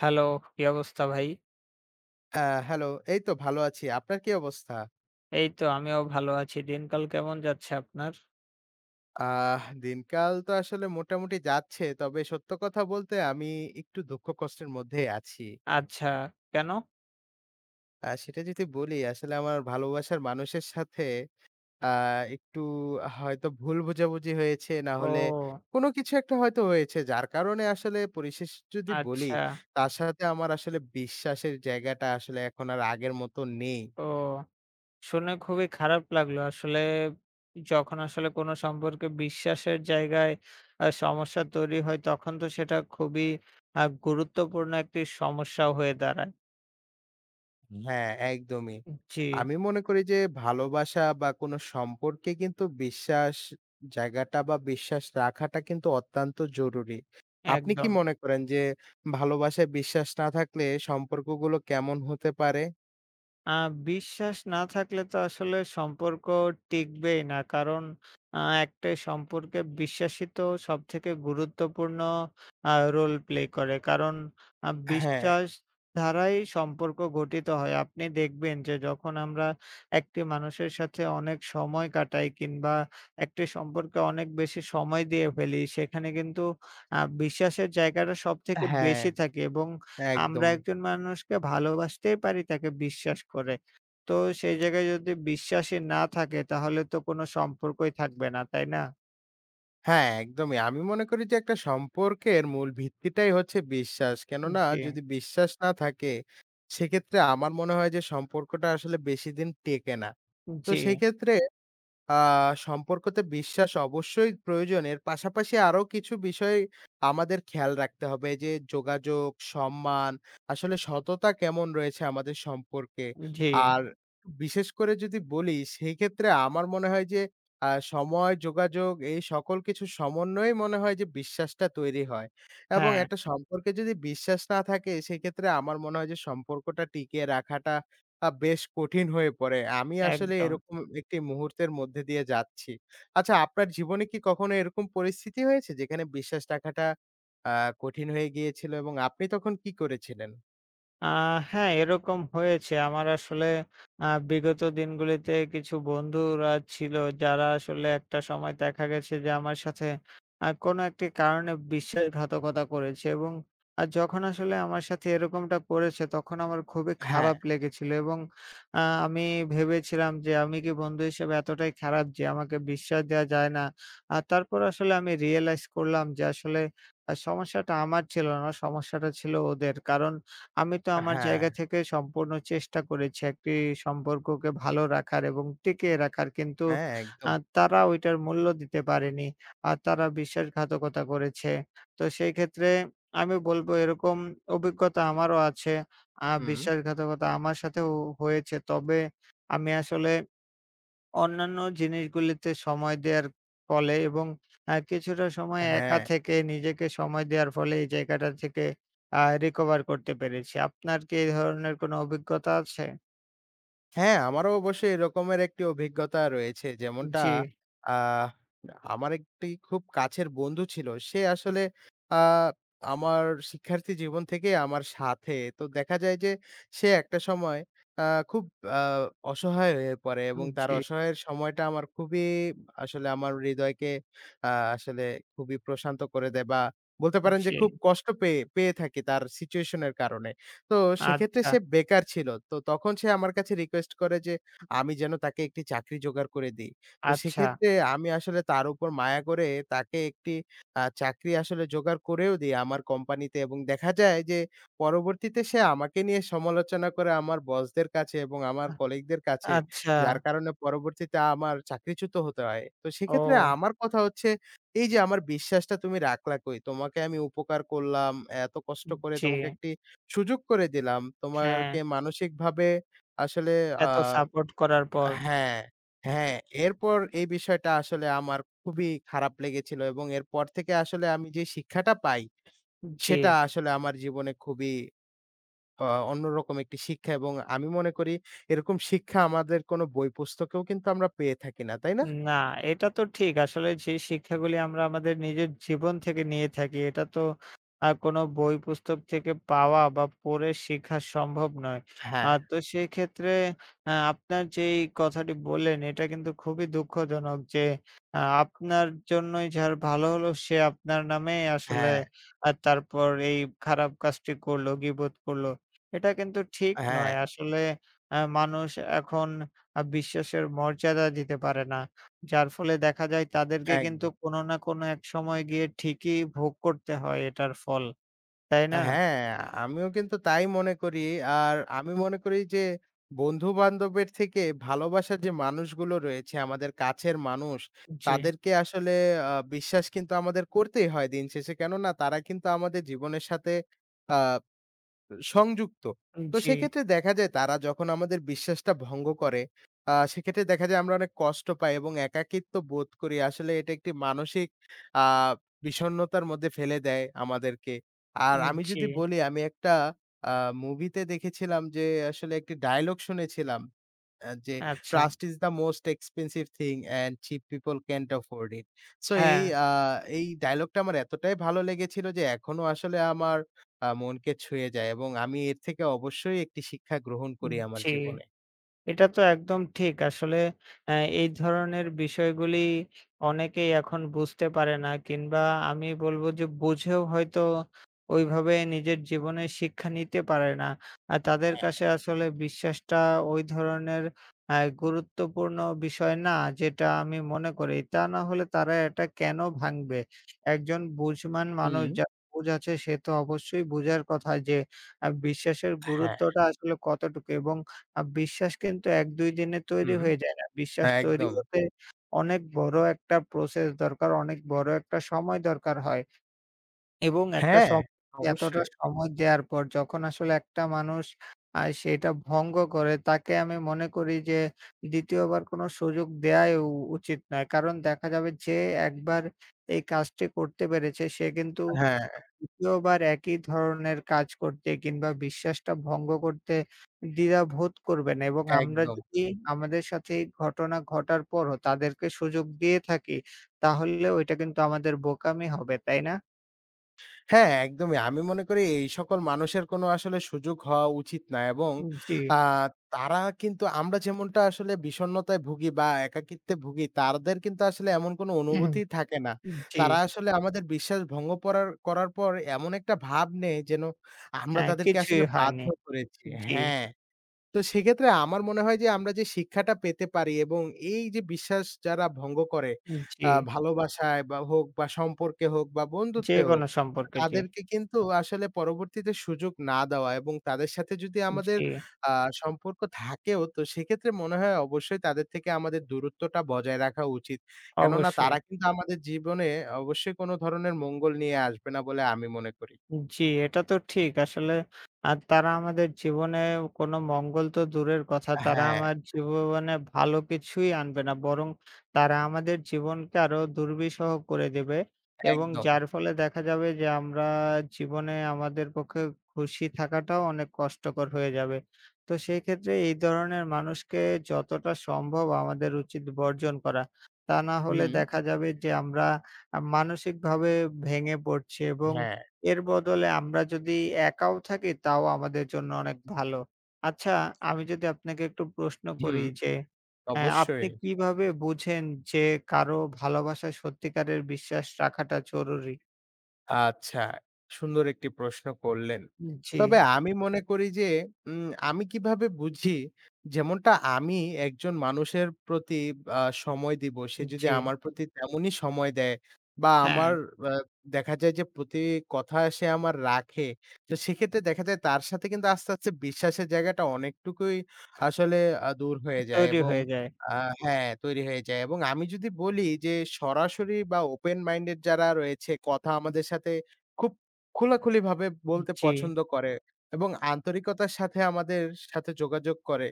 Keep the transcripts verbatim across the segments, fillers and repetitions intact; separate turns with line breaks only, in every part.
Hello, কি অবস্থা ভাই?
আ হ্যালো। এই তো ভালো আছি। আপনার কি অবস্থা?
এই তো আমিও ভালো আছি। দিনকাল কেমন যাচ্ছে আপনার?
আহ দিনকাল তো আসলে মোটামুটি যাচ্ছে। তবে সত্য কথা বলতে আমি একটু দুঃখ কষ্টের মধ্যেই আছি।
আচ্ছা, কেন?
আ সেটা যদি বলি আসলে আমার ভালোবাসার মানুষের সাথে আ একটু হয়তো ভুল বোঝাবুঝি হয়েছে, না
ও
হলে কোনো কিছু একটা হয়তো হয়েছে। যার কারণে আসলে পরিশেষে যদি বলি,
আচ্ছা।
তার সাথে আমার আসলে বিশ্বাসের জায়গাটা আসলে এখন আর আগের মতো নেই।
ও শুনে খুবই খারাপ লাগলো। আসলে যখন আসলে কোনো সম্পর্কে বিশ্বাসের জায়গায় আ সমস্যা তৈরি হয় তখন তো সেটা খুবই আ গুরুত্বপূর্ণ একটি সমস্যা হয়ে দাঁড়ায়।
হ্যাঁ, একদমই।
জি,
আমি মনে করি যে ভালোবাসা বা কোনো সম্পর্কে কিন্তু বিশ্বাস জায়গাটা বা বিশ্বাস রাখাটা কিন্তু অত্যন্ত জরুরি। আপনি কি
একদম।
মনে করেন যে ভালোবাসায় বিশ্বাস না থাকলে সম্পর্কগুলো কেমন হতে পারে?
আ বিশ্বাস না থাকলে তো আসলে সম্পর্ক টিকবেই না। কারণ আ একটা সম্পর্কে বিশ্বাসই তো সবথেকে গুরুত্বপূর্ণ আ রোল প্লে করে। কারণ আ
হ্যাঁ,
বিশ্বাস দ্বারাই সম্পর্ক গঠিত হয়। আপনি দেখবেন যে যখন আমরা একটি মানুষের সাথে অনেক সময় কাটাই কিংবা একটি সম্পর্কে অনেক বেশি সময় দিয়ে ফেলি, সেখানে কিন্তু আ বিশ্বাসের জায়গাটা সবথেকে
হ্যাঁ,
বেশি থাকে এবং আমরা
একদম।
একজন মানুষকে ভালোবাসতেই পারি তাকে বিশ্বাস করে। তো সেই জায়গায় যদি বিশ্বাসই না থাকে তাহলে তো কোনো সম্পর্কই থাকবে না, তাই না?
হ্যাঁ, একদমই। আমি মনে করি যে একটা সম্পর্কের মূল ভিত্তিটাই হচ্ছে বিশ্বাস। কেননা
জি,
যদি বিশ্বাস না থাকে সেক্ষেত্রে আমার মনে হয় যে সম্পর্কটা আসলে বেশিদিন টেকে না। তো
জি,
সেক্ষেত্রে আ সম্পর্কতে বিশ্বাস অবশ্যই প্রয়োজন। এর পাশাপাশি আরো কিছু বিষয় আমাদের খেয়াল রাখতে হবে যে যোগাযোগ, সম্মান, আসলে সততা কেমন রয়েছে আমাদের সম্পর্কে।
জি।
আর বিশেষ করে যদি বলি সেই ক্ষেত্রে আমার মনে হয় যে আ সময়, যোগাযোগ এই সকল কিছু সমন্বয়ে মনে হয় যে বিশ্বাসটা তৈরি হয়। এবং
হ্যাঁ,
একটা সম্পর্কে যদি বিশ্বাস না থাকে সেক্ষেত্রে আমার মনে হয় যে সম্পর্কটা টিকিয়ে রাখাটা আ বেশ কঠিন হয়ে পড়ে। আমি আসলে
একদম।
এরকম একটি মুহূর্তের মধ্যে দিয়ে যাচ্ছি। আচ্ছা আপনার জীবনে কি কখনো এরকম পরিস্থিতি হয়েছে যেখানে বিশ্বাস রাখাটা আ কঠিন হয়ে গিয়েছিল এবং আপনি তখন কি করেছিলেন?
আ হ্যাঁ, এরকম হয়েছে। আমার আসলে আ বিগত দিনগুলিতে কিছু বন্ধুরা ছিল যারা আসলে একটা সময় দেখা গেছে যে আমার সাথে আ কোনো একটি কারণে বিশ্বাসঘাতকতা করেছে এবং আ যখন আসলে আমার সাথে এরকমটা করেছে তখন আমার খুবই
হ্যাঁ,
খারাপ লেগেছিল এবং আ আমি ভেবেছিলাম যে আমি কি বন্ধু হিসেবে এতটাই খারাপ যে আমাকে বিশ্বাস দেওয়া যায় না। আর তারপর আসলে আমি রিয়ালাইজ করলাম যে আসলে আ সমস্যাটা আমার ছিল না, সমস্যাটা ছিল ওদের। কারণ আমি তো আমার
হ্যাঁ।
জায়গা থেকে সম্পূর্ণ চেষ্টা করেছি একটি সম্পর্ককে ভালো রাখার এবং টিকিয়ে রাখার। কিন্তু
হ্যাঁ, একদম।
আ তারা ওইটার মূল্য দিতে পারেনি। আর তারা বিশ্বাসঘাতকতা করেছে। তো সেই ক্ষেত্রে আমি বলব এরকম অভিজ্ঞতা আমারও আছে। আ
হুম,
বিশ্বাসঘাতকতা আমার সাথেও হয়েছে। তবে আমি আসলে অন্যান্য জিনিসগুলিতে সময় দেওয়ার ফলে এবং আ কিছুটা সময় একা
হ্যাঁ।
থেকে নিজেকে সময় দেওয়ার ফলে এই জায়গাটা থেকে আ রিকভার করতে পেরেছি। আপনার কি এই ধরনের কোনো অভিজ্ঞতা আছে?
হ্যাঁ, আমারও অবশ্যই এরকমের একটি অভিজ্ঞতা রয়েছে। যেমনটা
জি,
আহ আমার একটি খুব কাছের বন্ধু ছিল। সে আসলে আ আমার শিক্ষার্থী জীবন থেকে আমার সাথে। তো দেখা যায় যে সে একটা সময় আ খুব আ অসহায় হয়ে পড়ে এবং তার
জি,
অসহায়ের সময়টা আমার খুবই আসলে আমার হৃদয়কে আ আসলে খুবই প্রশান্ত করে দেয় বা বলতে পারেন যে
জি।
খুব কষ্ট পেয়ে পেয়ে থাকি তার সিচুয়েশন এর কারণে। তো সেক্ষেত্রে
আচ্ছা,
সে বেকার ছিল। তো তখন সে আমার কাছে রিকোয়েস্ট করে যে আমি যেন তাকে একটি চাকরি জোগাড় করে দেই। তো
আচ্ছা,
সেক্ষেত্রে আমি আসলে তার উপর মায়া করে তাকে একটি আ চাকরি আসলে জোগাড় করেও দেই আমার কোম্পানিতে এবং দেখা যায় যে পরবর্তীতে সে আমাকে নিয়ে সমালোচনা করে আমার বসদের কাছে এবং আমার
আ
কলিগদের কাছে।
আচ্ছা।
যার কারণে পরবর্তীতে আমার চাকরিচ্যুত হতে হয়। তো সেক্ষেত্রে
ও
আমার কথা হচ্ছে এই যে আমার বিশ্বাসটা তুমি রাখলা কই? তোমাকে আমি উপকার করলাম, এত কষ্ট করে
জি।
তোমাকে একটি সুযোগ করে দিলাম।
হ্যাঁ,
তোমাকে মানসিকভাবে আসলে আ
এত সাপোর্ট করার পর।
হ্যাঁ, হ্যাঁ। এরপর এই বিষয়টা আসলে আমার খুবই খারাপ লেগেছিল এবং এরপর থেকে আসলে আমি যে শিক্ষাটা পাই,
জি।
সেটা আসলে আমার জীবনে খুবই অ অন্যরকম একটি শিক্ষা এবং আমি মনে করি এরকম শিক্ষা আমাদের কোনো বই পুস্তকেও কিন্তু আমরা পেয়ে থাকি না, তাই না?
না, এটা তো ঠিক। আসলে যে শিক্ষাগুলি আমরা আমাদের নিজের জীবন থেকে নিয়ে থাকি, এটা তো আ কোনো বই পুস্তক থেকে পাওয়া বা পড়ে শেখা সম্ভব নয়। আ
হ্যাঁ,
তো সেক্ষেত্রে আ আপনার যেই কথাটি বললেন, এটা কিন্তু খুবই দুঃখজনক যে আ আপনার জন্যই যার ভালো হলো সে আপনার নামে আসলে
হ্যাঁ,
আ তারপর এই খারাপ কাজটি করলো, গীবত করলো। এটা কিন্তু ঠিক
হ্যাঁ,
নয়। আসলে আ মানুষ এখন আ বিশ্বাসের মর্যাদা দিতে পারে না। যার ফলে দেখা যায় তাদেরকে কিন্তু
একদম।
কোনো না কোনো এক সময় গিয়ে ঠিকই ভোগ করতে হয় এটার ফল। তাই না?
হ্যাঁ, আমিও কিন্তু তাই মনে করি। আর আমি মনে করি যে বন্ধু-বান্ধবের থেকে ভালোবাসার যে মানুষগুলো রয়েছে, আমাদের কাছের মানুষ,
জি,
তাদেরকে আসলে আ বিশ্বাস কিন্তু আমাদের করতেই হয় দিন শেষে। কেননা তারা কিন্তু আমাদের জীবনের সাথে আ সংযুক্ত। তো
জি,
সেক্ষেত্রে দেখা যায় তারা যখন আমাদের বিশ্বাসটা ভঙ্গ করে, আ সেক্ষেত্রে দেখা যায় আমরা অনেক কষ্ট পাই এবং একাকিত্ব বোধ করি। আসলে এটা একটি মানসিক আ বিষণ্ণতার মধ্যে ফেলে দেয় আমাদেরকে। আর আমি
জি,
যদি বলি আমি একটা আ মুভিতে দেখেছিলাম যে আসলে একটি ডায়ালগ শুনেছিলাম। আ যে
আচ্ছা।
"Trust is the most expensive thing and cheap people can't afford it." So এই
হ্যাঁ,
আ এই ডায়ালগটা আমার এতটাই ভালো লেগেছিল যে এখনো আসলে আমার আ মনকে ছুঁয়ে যায় এবং আমি এর থেকে অবশ্যই একটি শিক্ষা গ্রহণ করি আমার
জি।
জীবনে।
এটা তো একদম ঠিক। আসলে অ্যা এই ধরনের বিষয়গুলি অনেকেই এখন বুঝতে পারে না কিংবা আমি বলব যে বুঝেও হয়তো ওইভাবে নিজের জীবনে শিক্ষা নিতে পারে না। আর তাদের
হ্যাঁ।
কাছে আসলে বিশ্বাসটা ওই ধরনের অ্যা গুরুত্বপূর্ণ বিষয় না যেটা আমি মনে করি। তা না হলে তারা এটা কেন ভাঙবে? একজন বুঝবান মানুষ
হুম।
যার বুঝ আছে সে তো অবশ্যই বুঝার কথা যে আ বিশ্বাসের
হ্যাঁ।
গুরুত্বটা আসলে কতটুকু এবং আ বিশ্বাস কিন্তু এক দুই দিনে তৈরি
হুম।
হয়ে যায় না। বিশ্বাস
হ্যাঁ,
তৈরি
একদম।
হতে অনেক বড় একটা প্রসেস দরকার, অনেক বড় একটা সময় দরকার হয় এবং একটা
হ্যাঁ,
সম্পর্কে এতটা
অবশ্যই।
সময় দেওয়ার পর যখন আসলে একটা মানুষ আ সেটা ভঙ্গ করে তাকে আমি মনে করি যে দ্বিতীয় বার কোনো সুযোগ দেয়াই উ উচিত নয়। কারণ দেখা যাবে যে একবার এই কাজটি করতে পেরেছে সে কিন্তু
হ্যাঁ,
দ্বিতীয়বার একই ধরনের কাজ করতে কিংবা বিশ্বাসটা ভঙ্গ করতে দ্বিধাবোধ করবে না এবং আমরা
একদম।
যদি আমাদের সাথে এই ঘটনা ঘটার পরও তাদেরকে সুযোগ দিয়ে থাকি, তাহলে ওইটা কিন্তু আমাদের বোকামি হবে, তাই না?
হ্যাঁ, একদমই। আমি মনে করি এই সকল মানুষের কোনো আসলে সুযোগ হওয়া উচিত না এবং
জি,
আ তারা কিন্তু আমরা যেমনটা আসলে বিষণ্ণতায় ভুগি বা একাকিত্বে ভুগি, তাদের কিন্তু আসলে এমন কোনো অনুভূতি থাকে না।
জি,
তারা আসলে আমাদের বিশ্বাস ভঙ্গ পরার করার পর এমন একটা ভাব নেয় যেন আমরা
হ্যাঁ,
তাদেরকে আসলে
কিছুই
বাধ্য
হয়নি।
করেছি।
জি,
হ্যাঁ। তো সেক্ষেত্রে আমার মনে হয় যে আমরা যে শিক্ষাটা পেতে পারি এবং এই যে বিশ্বাস যারা ভঙ্গ করে
জি,
আ হুম। ভালোবাসায় বা হোক বা সম্পর্কে হোক বা বন্ধুত্বে হোক,
যেকোনো সম্পর্কে জি,
তাদেরকে কিন্তু আসলে পরবর্তীতে সুযোগ না দেওয়া এবং তাদের সাথে যদি আমাদের
জি,
আ সম্পর্ক থাকেও তো সেক্ষেত্রে মনে হয় অবশ্যই তাদের থেকে আমাদের দূরত্বটা বজায় রাখা উচিত। কেননা
অবশ্যই।
তারা কিন্তু আমাদের জীবনে অবশ্যই কোনো ধরনের মঙ্গল নিয়ে আসবে না বলে আমি মনে করি।
জি, এটা তো ঠিক। আসলে আ তারা আমাদের জীবনে কোনো মঙ্গল তো দূরের কথা, তারা
হ্যাঁ, একদম।
আমার জীবনে ভালো কিছুই আনবে না। বরং তারা আমাদের জীবনকে আরো দুর্বিষহ করে দেবে এবং
একদম।
যার ফলে দেখা যাবে যে আমরা জীবনে আমাদের পক্ষে খুশি থাকাটাও অনেক কষ্টকর হয়ে যাবে। তো সেই ক্ষেত্রে এই ধরনের মানুষকে যতটা সম্ভব আমাদের উচিত বর্জন করা। তা না হলে
হুম।
দেখা যাবে যে আমরা আ মানসিকভাবে ভেঙে পড়ছি এবং
হ্যাঁ,
এর বদলে আমরা যদি একাও থাকি তাও আমাদের জন্য অনেক ভালো। আচ্ছা আমি যদি আপনাকে একটু প্রশ্ন
হুম,
করি যে, অ্যা আপনি
অবশ্যই।
কিভাবে বুঝেন যে কারো ভালোবাসায় সত্যিকারের বিশ্বাস রাখাটা জরুরি?
আচ্ছা, সুন্দর একটি প্রশ্ন করলেন।
জি,
তবে আমি মনে করি যে উম আমি কিভাবে বুঝি যেমনটা আমি একজন মানুষের প্রতি আ সময় দিব, সে যদি
জি,
আমার প্রতি তেমনই সময় দেয় বা
হ্যাঁ,
আমার আ দেখা যায় যে প্রতি কথা সে আমার রাখে। তো সেক্ষেত্রে দেখা যায় তার সাথে কিন্তু আস্তে, আস্তে বিশ্বাসের জায়গাটা অনেকটুকুই আসলে আ দূর হয়ে যায়
তৈরি
এবং
হয়ে যায়।
আ হ্যাঁ, তৈরি হয়ে যায় এবং আমি যদি বলি যে সরাসরি বা ওপেন মাইন্ডেড যারা রয়েছে কথা আমাদের সাথে খুব খোলাখুলিভাবে বলতে
জি,
পছন্দ করে এবং আন্তরিকতার সাথে আমাদের সাথে যোগাযোগ করে।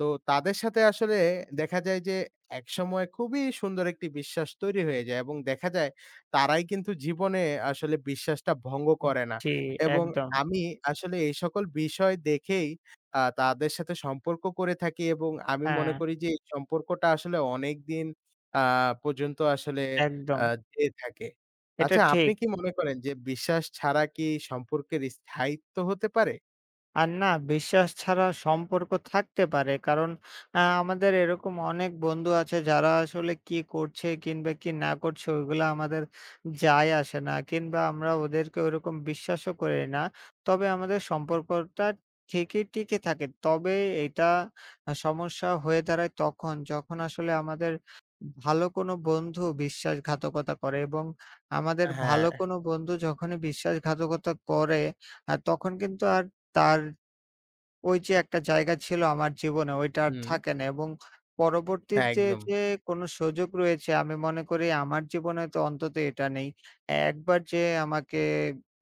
তো তাদের সাথে আসলে দেখা যায় যে একসময় খুবই সুন্দর একটি বিশ্বাস তৈরি হয়ে যায় এবং দেখা যায় তারাই কিন্তু জীবনে আসলে বিশ্বাসটা ভঙ্গ করে না।
জি,
এবং
একদম।
আমি আসলে এই সকল বিষয় দেখেই আ তাদের সাথে সম্পর্ক করে থাকি এবং আমি মনে
হ্যাঁ,
করি যে এই সম্পর্কটা আসলে অনেকদিন আ পর্যন্ত আসলে আ
একদম।
যেয়ে থাকে।
এটা
আচ্ছা আপনি
ঠিক।
কি মনে করেন যে বিশ্বাস ছাড়া কি সম্পর্কের স্থায়িত্ব হতে পারে?
আর না বিশ্বাস ছাড়া সম্পর্ক থাকতে পারে। কারণ আ আমাদের এরকম অনেক বন্ধু আছে যারা আসলে কি করছে কিংবা কি না করছে ওইগুলা আমাদের যায় আসে না। কিংবা আমরা ওদেরকে ওইরকম বিশ্বাসও করি না। তবে আমাদের সম্পর্কটা ঠিকই টিকে থাকে। তবে এটা আ সমস্যা হয়ে দাঁড়ায় তখন যখন আসলে আমাদের ভালো কোনো বন্ধু বিশ্বাসঘাতকতা করে এবং আমাদের ভালো
হ্যাঁ,
কোনো বন্ধু যখনই বিশ্বাসঘাতকতা করে আ তখন কিন্তু আর তার ওই যে একটা জায়গা ছিল আমার জীবনে ওইটা আর
হুম,
থাকে না এবং
হ্যাঁ,
পরবর্তীতে
একদম।
যে কোনো সুযোগ রয়েছে আমি মনে করি আমার জীবনে তো অন্তত এটা নেই। একবার যে আমাকে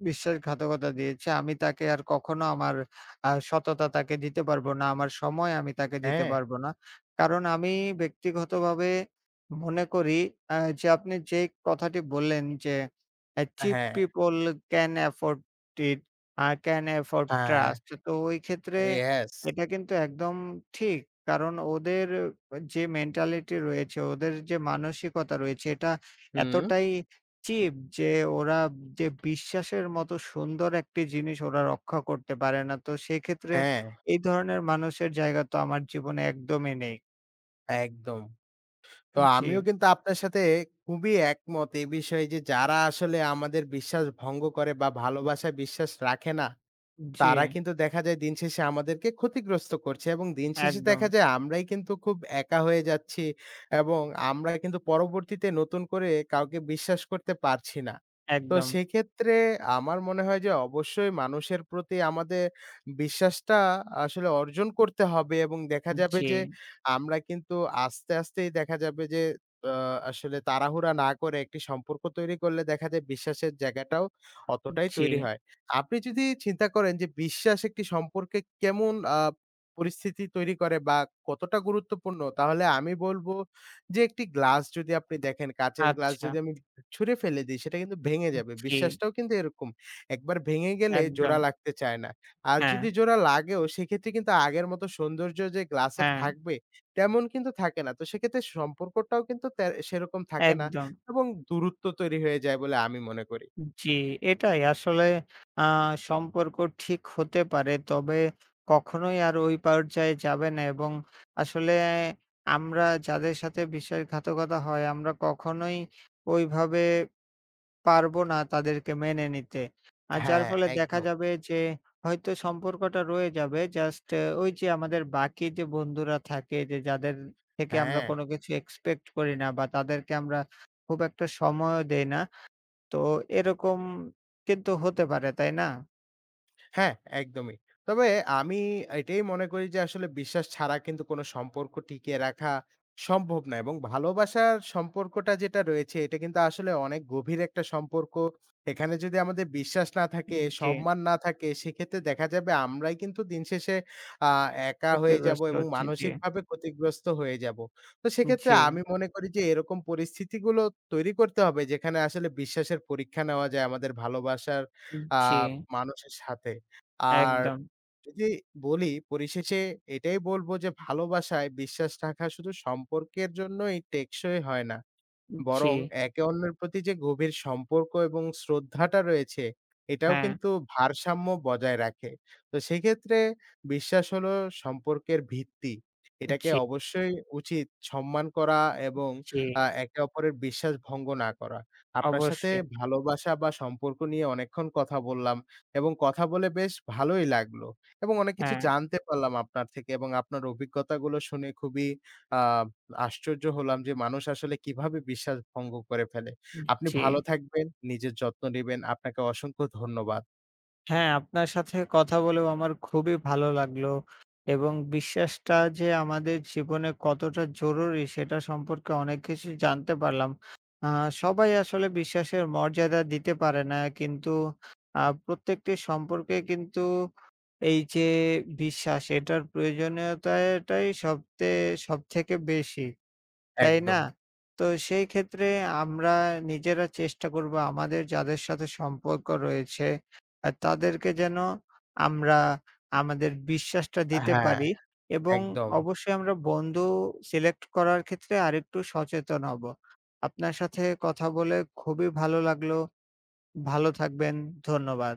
বিশ্বাসঘাতকতা দিয়েছে আমি তাকে আর কখনো আমার আ সততা তাকে দিতে পারবো না, আমার সময় আমি তাকে দিতে
হ্যাঁ,
পারবো না। কারণ আমি ব্যক্তিগতভাবে মনে করি আ যে আপনি যে কথাটি বললেন যে, "আ চিপ
হ্যাঁ,
people can afford it" uh can afford
হ্যাঁ,
ট্রাস্ট। তো ওই ক্ষেত্রে
ইয়েস,
এটা কিন্তু একদম ঠিক। কারণ ওদের যে মেন্টালিটি রয়েছে, ওদের যে মানসিকতা রয়েছে এটা
হুম,
এতটাই চিপ যে ওরা যে বিশ্বাসের মতো সুন্দর একটি জিনিস ওরা রক্ষা করতে পারে না। তো সেক্ষেত্রে
হ্যাঁ,
এই ধরনের মানুষের জায়গা তো আমার জীবনে একদমই নেই।
একদম। তো
জি,
আমিও কিন্তু আপনার সাথে খুবই একমত এ বিষয়ে যে যারা আসলে আমাদের বিশ্বাস ভঙ্গ করে বা ভালোবাসায় বিশ্বাস রাখে না
জি।
তারা কিন্তু দেখা যায় দিন শেষে আমাদেরকে ক্ষতিগ্রস্ত করছে এবং দিন শেষে
একদম,
দেখা যায় আমরাই কিন্তু খুব একা হয়ে যাচ্ছি এবং আমরা কিন্তু পরবর্তীতে নতুন করে কাউকে বিশ্বাস করতে পারছি না। তো
একদম।
সেক্ষেত্রে আমার মনে হয় যে অবশ্যই মানুষের প্রতি আমাদের বিশ্বাসটা আসলে অর্জন করতে হবে এবং দেখা যাবে
জি,
যে আমরা কিন্তু আস্তে, আস্তেই দেখা যাবে যে আ আসলে তাড়াহুড়া না করে একটি সম্পর্ক তৈরি করলে দেখা যায় বিশ্বাসের জায়গাটাও অতটাই
জি।
তৈরি হয়। আপনি যদি চিন্তা করেন যে বিশ্বাস একটি সম্পর্কে কেমন আ পরিস্থিতি তৈরি করে বা কতটা গুরুত্বপূর্ণ, তাহলে আমি বলব যে একটি গ্লাস যদি আপনি দেখেন, কাঁচের গ্লাস
আচ্ছা।
যদি আমি ছুঁড়ে ফেলে দিই সেটা কিন্তু ভেঙে যাবে।
জি,
বিশ্বাসটাও কিন্তু এরকম। একবার ভেঙে গেলে
একদম।
জোড়া লাগতে চায় না। আর
হ্যাঁ,
যদি জোড়া লাগেও সেক্ষেত্রে কিন্তু আগের মতো সৌন্দর্য যে গ্লাসের
হ্যাঁ,
থাকবে তেমন কিন্তু থাকে না। তো সেক্ষেত্রে সম্পর্কটাও কিন্তু তে সেরকম থাকে না
একদম।
এবং দূরত্ব তৈরি হয়ে যায় বলে আমি মনে করি।
জি, এটাই আসলে আ সম্পর্ক ঠিক হতে পারে। তবে কখনোই আর ওই পর্যায়ে যাবে না এবং আসলে আমরা যাদের সাথে বিশ্বাসঘাতকতা হয় আমরা কখনোই ওইভাবে পারব না তাদেরকে মেনে নিতে। আর যার
হ্যাঁ,
ফলে দেখা
একদম।
যাবে যে হয়তো সম্পর্কটা রয়ে যাবে। জাস্ট ওই যে আমাদের বাকি যে বন্ধুরা থাকে যে যাদের থেকে আমরা
হ্যাঁ।
কোনো কিছু এক্সপেক্ট করি না বা তাদেরকে আমরা খুব একটা সময়ও দেই না। তো এরকম কিন্তু হতে পারে, তাই না?
হ্যাঁ, একদমই। তবে আমি এটাই মনে করি যে আসলে বিশ্বাস ছাড়া কিন্তু কোনো সম্পর্ক টিকিয়ে রাখা সম্ভব না এবং ভালোবাসার সম্পর্কটা যেটা রয়েছে এটা কিন্তু আসলে অনেক গভীর একটা সম্পর্ক। এখানে যদি আমাদের বিশ্বাস না থাকে,
জি,
সম্মান না থাকে সেক্ষেত্রে দেখা যাবে আমরাই কিন্তু দিন শেষে আ একা হয়ে যাবো
ক্ষতিগ্রস্ত
এবং
হচ্ছি। জি,
মানসিকভাবে ক্ষতিগ্রস্ত হয়ে যাবো। তো সেক্ষেত্রে
জি,
আমি মনে করি যে এরকম পরিস্থিতিগুলো তৈরি করতে হবে যেখানে আসলে বিশ্বাসের পরীক্ষা নেওয়া যায় আমাদের ভালোবাসার আ
জি,
মানুষের সাথে। আর
একদম।
যদি বলি পরিশেষে এটাই বলব যে ভালোবাসায় বিশ্বাস রাখা শুধু সম্পর্কের জন্যই টেকসই হয় না।
জি,
বরং একে অন্যের প্রতি যে গভীর সম্পর্ক এবং শ্রদ্ধাটা রয়েছে, এটাও
হ্যাঁ,
কিন্তু ভারসাম্য বজায় রাখে। তো সেক্ষেত্রে বিশ্বাস হলো সম্পর্কের ভিত্তি। এটাকে
জি,
অবশ্যই উচিত সম্মান করা এবং
জি,
আ একে অপরের বিশ্বাস ভঙ্গ না করা। আপনার সাথে
অবশ্যই।
ভালোবাসা বা সম্পর্ক নিয়ে অনেকক্ষণ কথা বললাম এবং কথা বলে বেশ ভালোই লাগলো এবং অনেক কিছু
হ্যাঁ,
জানতে পারলাম আপনার থেকে এবং আপনার অভিজ্ঞতাগুলো শুনে খুবই আ আশ্চর্য হলাম যে মানুষ আসলে কিভাবে বিশ্বাস ভঙ্গ করে ফেলে। আপনি
জি।
ভালো থাকবেন, নিজের যত্ন নিবেন। আপনাকে অসংখ্য ধন্যবাদ।
হ্যাঁ, আপনার সাথে কথা বলেও আমার খুবই ভালো লাগলো এবং বিশ্বাসটা যে আমাদের জীবনে কতটা জরুরি সেটা সম্পর্কে অনেক কিছু জানতে পারলাম। আ সবাই আসলে বিশ্বাসের মর্যাদা দিতে পারে না। কিন্তু আ প্রত্যেকটি সম্পর্কে কিন্তু এই যে বিশ্বাস এটার প্রয়োজনীয়তাটাই সবথে সবথেকে বেশি। তাই
একদম।
না? তো সেই ক্ষেত্রে আমরা নিজেরা চেষ্টা করব আমাদের যাদের সাথে সম্পর্ক রয়েছে আ তাদেরকে যেন আমরা আমাদের বিশ্বাসটা দিতে
হ্যাঁ,
পারি এবং
একদম।
অবশ্যই আমরা বন্ধু সিলেক্ট করার ক্ষেত্রে আরেকটু সচেতন হব। আপনার সাথে কথা বলে খুবই ভালো লাগলো। ভালো থাকবেন। ধন্যবাদ।